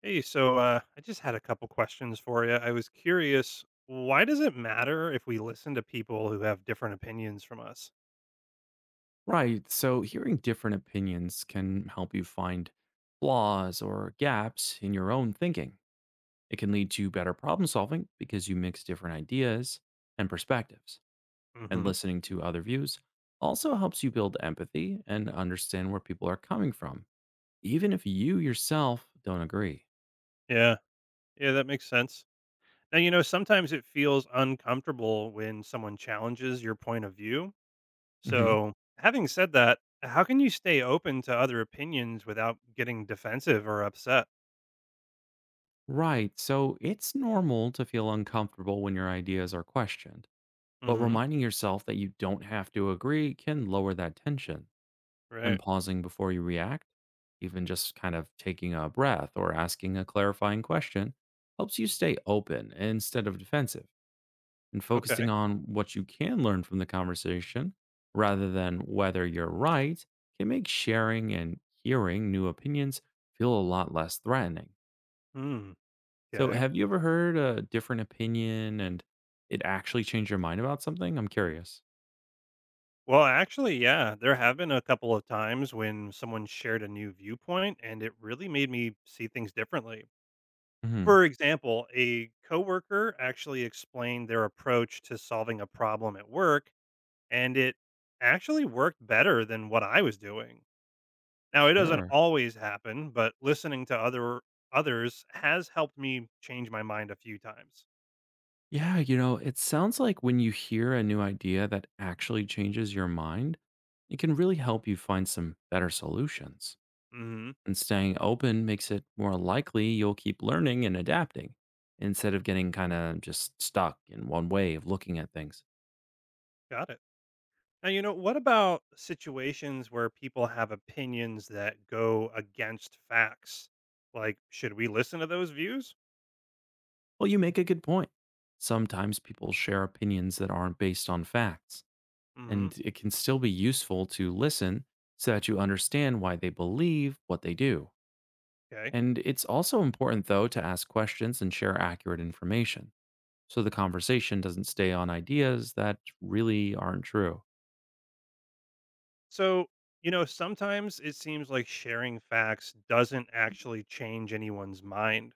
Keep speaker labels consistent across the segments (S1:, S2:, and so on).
S1: Hey, so I just had a couple questions for you. I was curious, why does it matter if we listen to people who have different opinions from us?
S2: Right. So hearing different opinions can help you find flaws or gaps in your own thinking. It can lead to better problem solving because you mix different ideas and perspectives. And
S1: Hmm.
S2: listening to other views also helps you build empathy and understand where people are coming from, even if you yourself don't agree.
S1: Yeah, yeah, that makes sense. Now, you know, sometimes it feels uncomfortable when someone challenges your point of view.
S2: Hmm.
S1: So, having said that, how can you stay open to other opinions without getting defensive or upset?
S2: Right. So it's normal to feel uncomfortable when your ideas are questioned, but
S1: Hmm.
S2: reminding yourself that you don't have to agree can lower that tension. And
S1: Right.
S2: pausing before you react, even just kind of taking a breath or asking a clarifying question, helps you stay open instead of defensive, and
S1: Okay.
S2: focusing on what you can learn from the conversation rather than whether you're right can make sharing and hearing new opinions feel a lot less threatening.
S1: Hmm.
S2: So,
S1: Okay.
S2: have you ever heard a different opinion and it actually changed your mind about something? I'm curious.
S1: Well, actually, yeah, there have been a couple of times when someone shared a new viewpoint and it really made me see things differently.
S2: Hmm.
S1: For example, a coworker actually explained their approach to solving a problem at work and it actually worked better than what I was doing. Now, it doesn't
S2: Sure.
S1: always happen, but listening to others has helped me change my mind a few times.
S2: Yeah, you know, it sounds like when you hear a new idea that actually changes your mind, it can really help you find some better solutions.
S1: Mhm.
S2: And staying open makes it more likely you'll keep learning and adapting instead of getting kind of just stuck in one way of looking at things.
S1: Got it. Now, you know, what about situations where people have opinions that go against facts? Like, should we listen to those views?
S2: Well, you make a good point. Sometimes people share opinions that aren't based on facts,
S1: Hmm.
S2: and it can still be useful to listen so that you understand why they believe what they do.
S1: Okay.
S2: And it's also important, though, to ask questions and share accurate information so the conversation doesn't stay on ideas that really aren't true.
S1: So, you know, sometimes it seems like sharing facts doesn't actually change anyone's mind.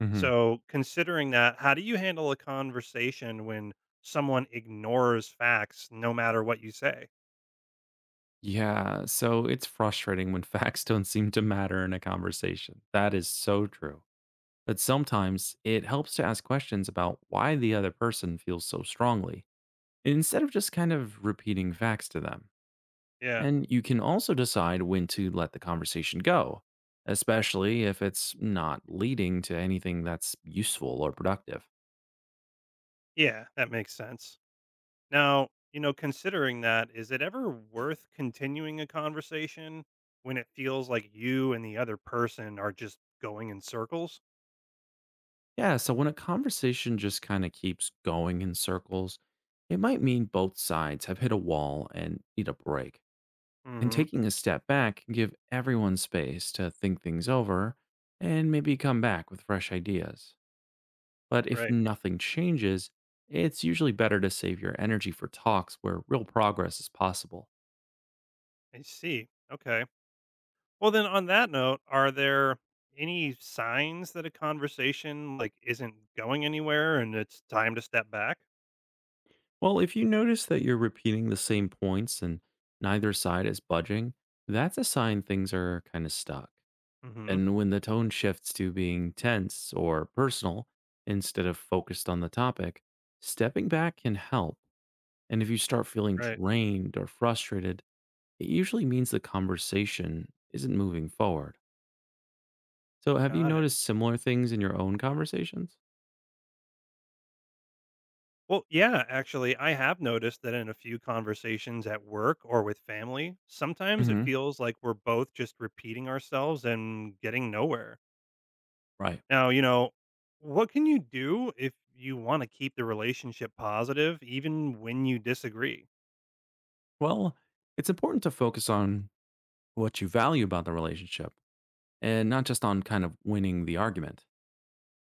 S2: Hmm.
S1: So, considering that, how do you handle a conversation when someone ignores facts no matter what you say?
S2: Yeah, so it's frustrating when facts don't seem to matter in a conversation. That is so
S1: Mhm.
S2: true. But sometimes it helps to ask questions about why the other person feels so strongly instead of just kind of repeating facts to them.
S1: Yeah.
S2: And you can also decide when to let the conversation go, especially if it's not leading to anything that's useful or productive.
S1: Yeah, that makes sense. Now, you know, considering that, is it ever worth continuing a conversation when it feels like you and the other person are just going in circles?
S2: Yeah, so when a conversation just kind of keeps going in circles, it might mean both sides have hit a wall and need a break. And
S1: Hmm.
S2: taking a step back can give everyone space to think things over and maybe come back with fresh ideas. But if
S1: Right.
S2: nothing changes, it's usually better to save your energy for talks where real progress is possible.
S1: I see. Okay. Well, then, on that note, are there any signs that a conversation like isn't going anywhere and it's time to step back?
S2: Well, if you notice that you're repeating the same points and neither side is budging, that's a sign things are kind of stuck.
S1: Hmm.
S2: And when the tone shifts to being tense or personal instead of focused on the topic, stepping back can help. And if you start feeling
S1: Right.
S2: drained or frustrated, it usually means the conversation isn't moving forward. So, have you
S1: Got it.
S2: noticed similar things in your own conversations?
S1: Well, yeah, actually, I have noticed that in a few conversations at work or with family, sometimes it
S2: Hmm.
S1: feels like we're both just repeating ourselves and getting nowhere.
S2: Right.
S1: Now, you know, what can you do if you want to keep the relationship positive even when you disagree?
S2: Well, it's important to focus on what you value about the relationship and not just on kind of winning the argument.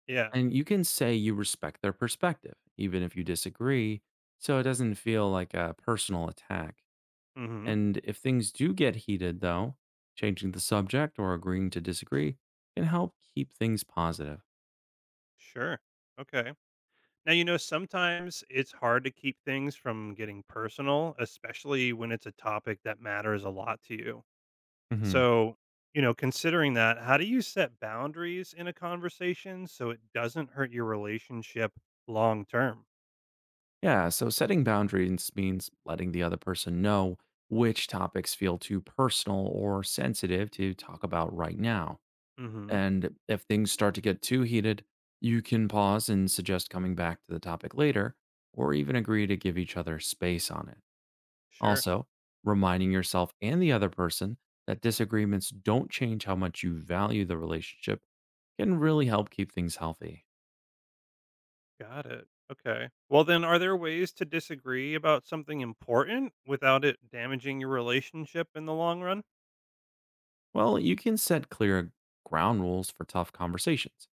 S1: Yeah.
S2: And you can say you respect their perspective, even if you disagree, so it doesn't feel like a personal attack.
S1: Mhm.
S2: And if things do get heated, though, changing the subject or agreeing to disagree can help keep things positive.
S1: Sure. Okay. Now, you know, sometimes it's hard to keep things from getting personal, especially when it's a topic that matters a lot to you.
S2: Hmm.
S1: So, you know, considering that, how do you set boundaries in a conversation so it doesn't hurt your relationship long term?
S2: Yeah, so setting boundaries means letting the other person know which topics feel too personal or sensitive to talk about right now.
S1: Hmm.
S2: And if things start to get too heated, you can pause and suggest coming back to the topic later, or even agree to give each other space on it.
S1: Sure.
S2: Also, reminding yourself and the other person that disagreements don't change how much you value the relationship can really help keep things healthy.
S1: Got it. Okay. Well, then, are there ways to disagree about something important without it damaging your relationship in the long run?
S2: Well, you can set clear ground rules for tough conversations.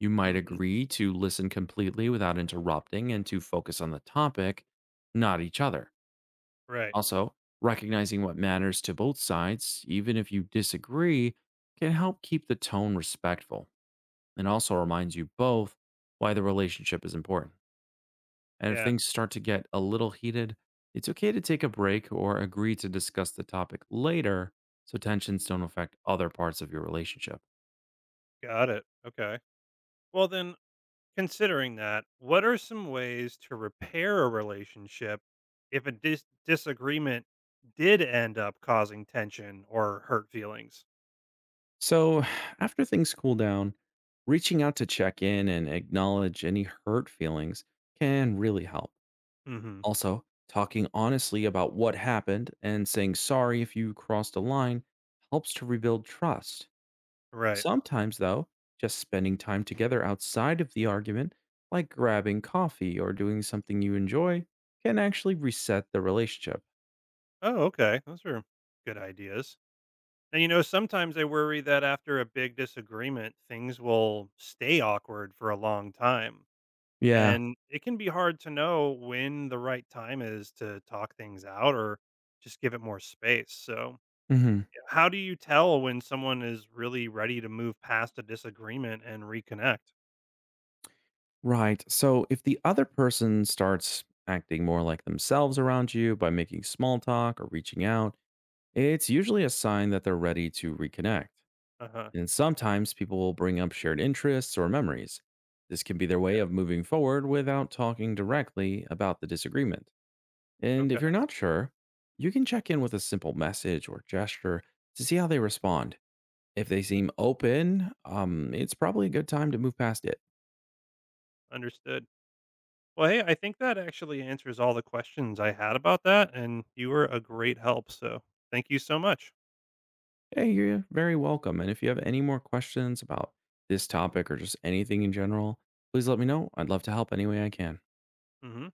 S2: You might
S1: Hmm.
S2: agree to listen completely without interrupting and to focus on the topic, not each other.
S1: Right.
S2: Also, recognizing what matters to both sides, even if you disagree, can help keep the tone respectful and also reminds you both why the relationship is important. And if
S1: Yeah.
S2: things start to get a little heated, it's okay to take a break or agree to discuss the topic later so tensions don't affect other parts of your relationship.
S1: Got it. Okay. Well, then, considering that, what are some ways to repair a relationship if a disagreement did end up causing tension or hurt feelings?
S2: So, after things cool down, reaching out to check in and acknowledge any hurt feelings can really help.
S1: Hmm.
S2: Also, talking honestly about what happened and saying sorry if you crossed a line helps to rebuild trust.
S1: Right.
S2: Sometimes, though, just spending time together outside of the argument, like grabbing coffee or doing something you enjoy, can actually reset the relationship.
S1: Oh, okay. Those are good ideas. And you know, sometimes I worry that after a big disagreement, things will stay awkward for a long time.
S2: Yeah.
S1: And it can be hard to know when the right time is to talk things out or just give it more space. So,
S2: Hmm.
S1: how do you tell when someone is really ready to move past a disagreement and reconnect?
S2: Right. So if the other person starts acting more like themselves around you by making small talk or reaching out, it's usually a sign that they're ready to reconnect.
S1: Uh huh.
S2: And sometimes people will bring up shared interests or memories. This can be their way of moving forward without talking directly about the disagreement.
S1: Yeah.
S2: And if you're
S1: Okay.
S2: not sure, you can check in with a simple message or gesture to see how they respond. If they seem open, it's probably a good time to move past it.
S1: Understood. Well, hey, I think that actually answers all the questions I had about that. And you were a great help. So thank you so much.
S2: Hey, you're very welcome. And if you have any more questions about this topic or just anything in general, please let me know. I'd love to help any way I can.
S1: Hmm.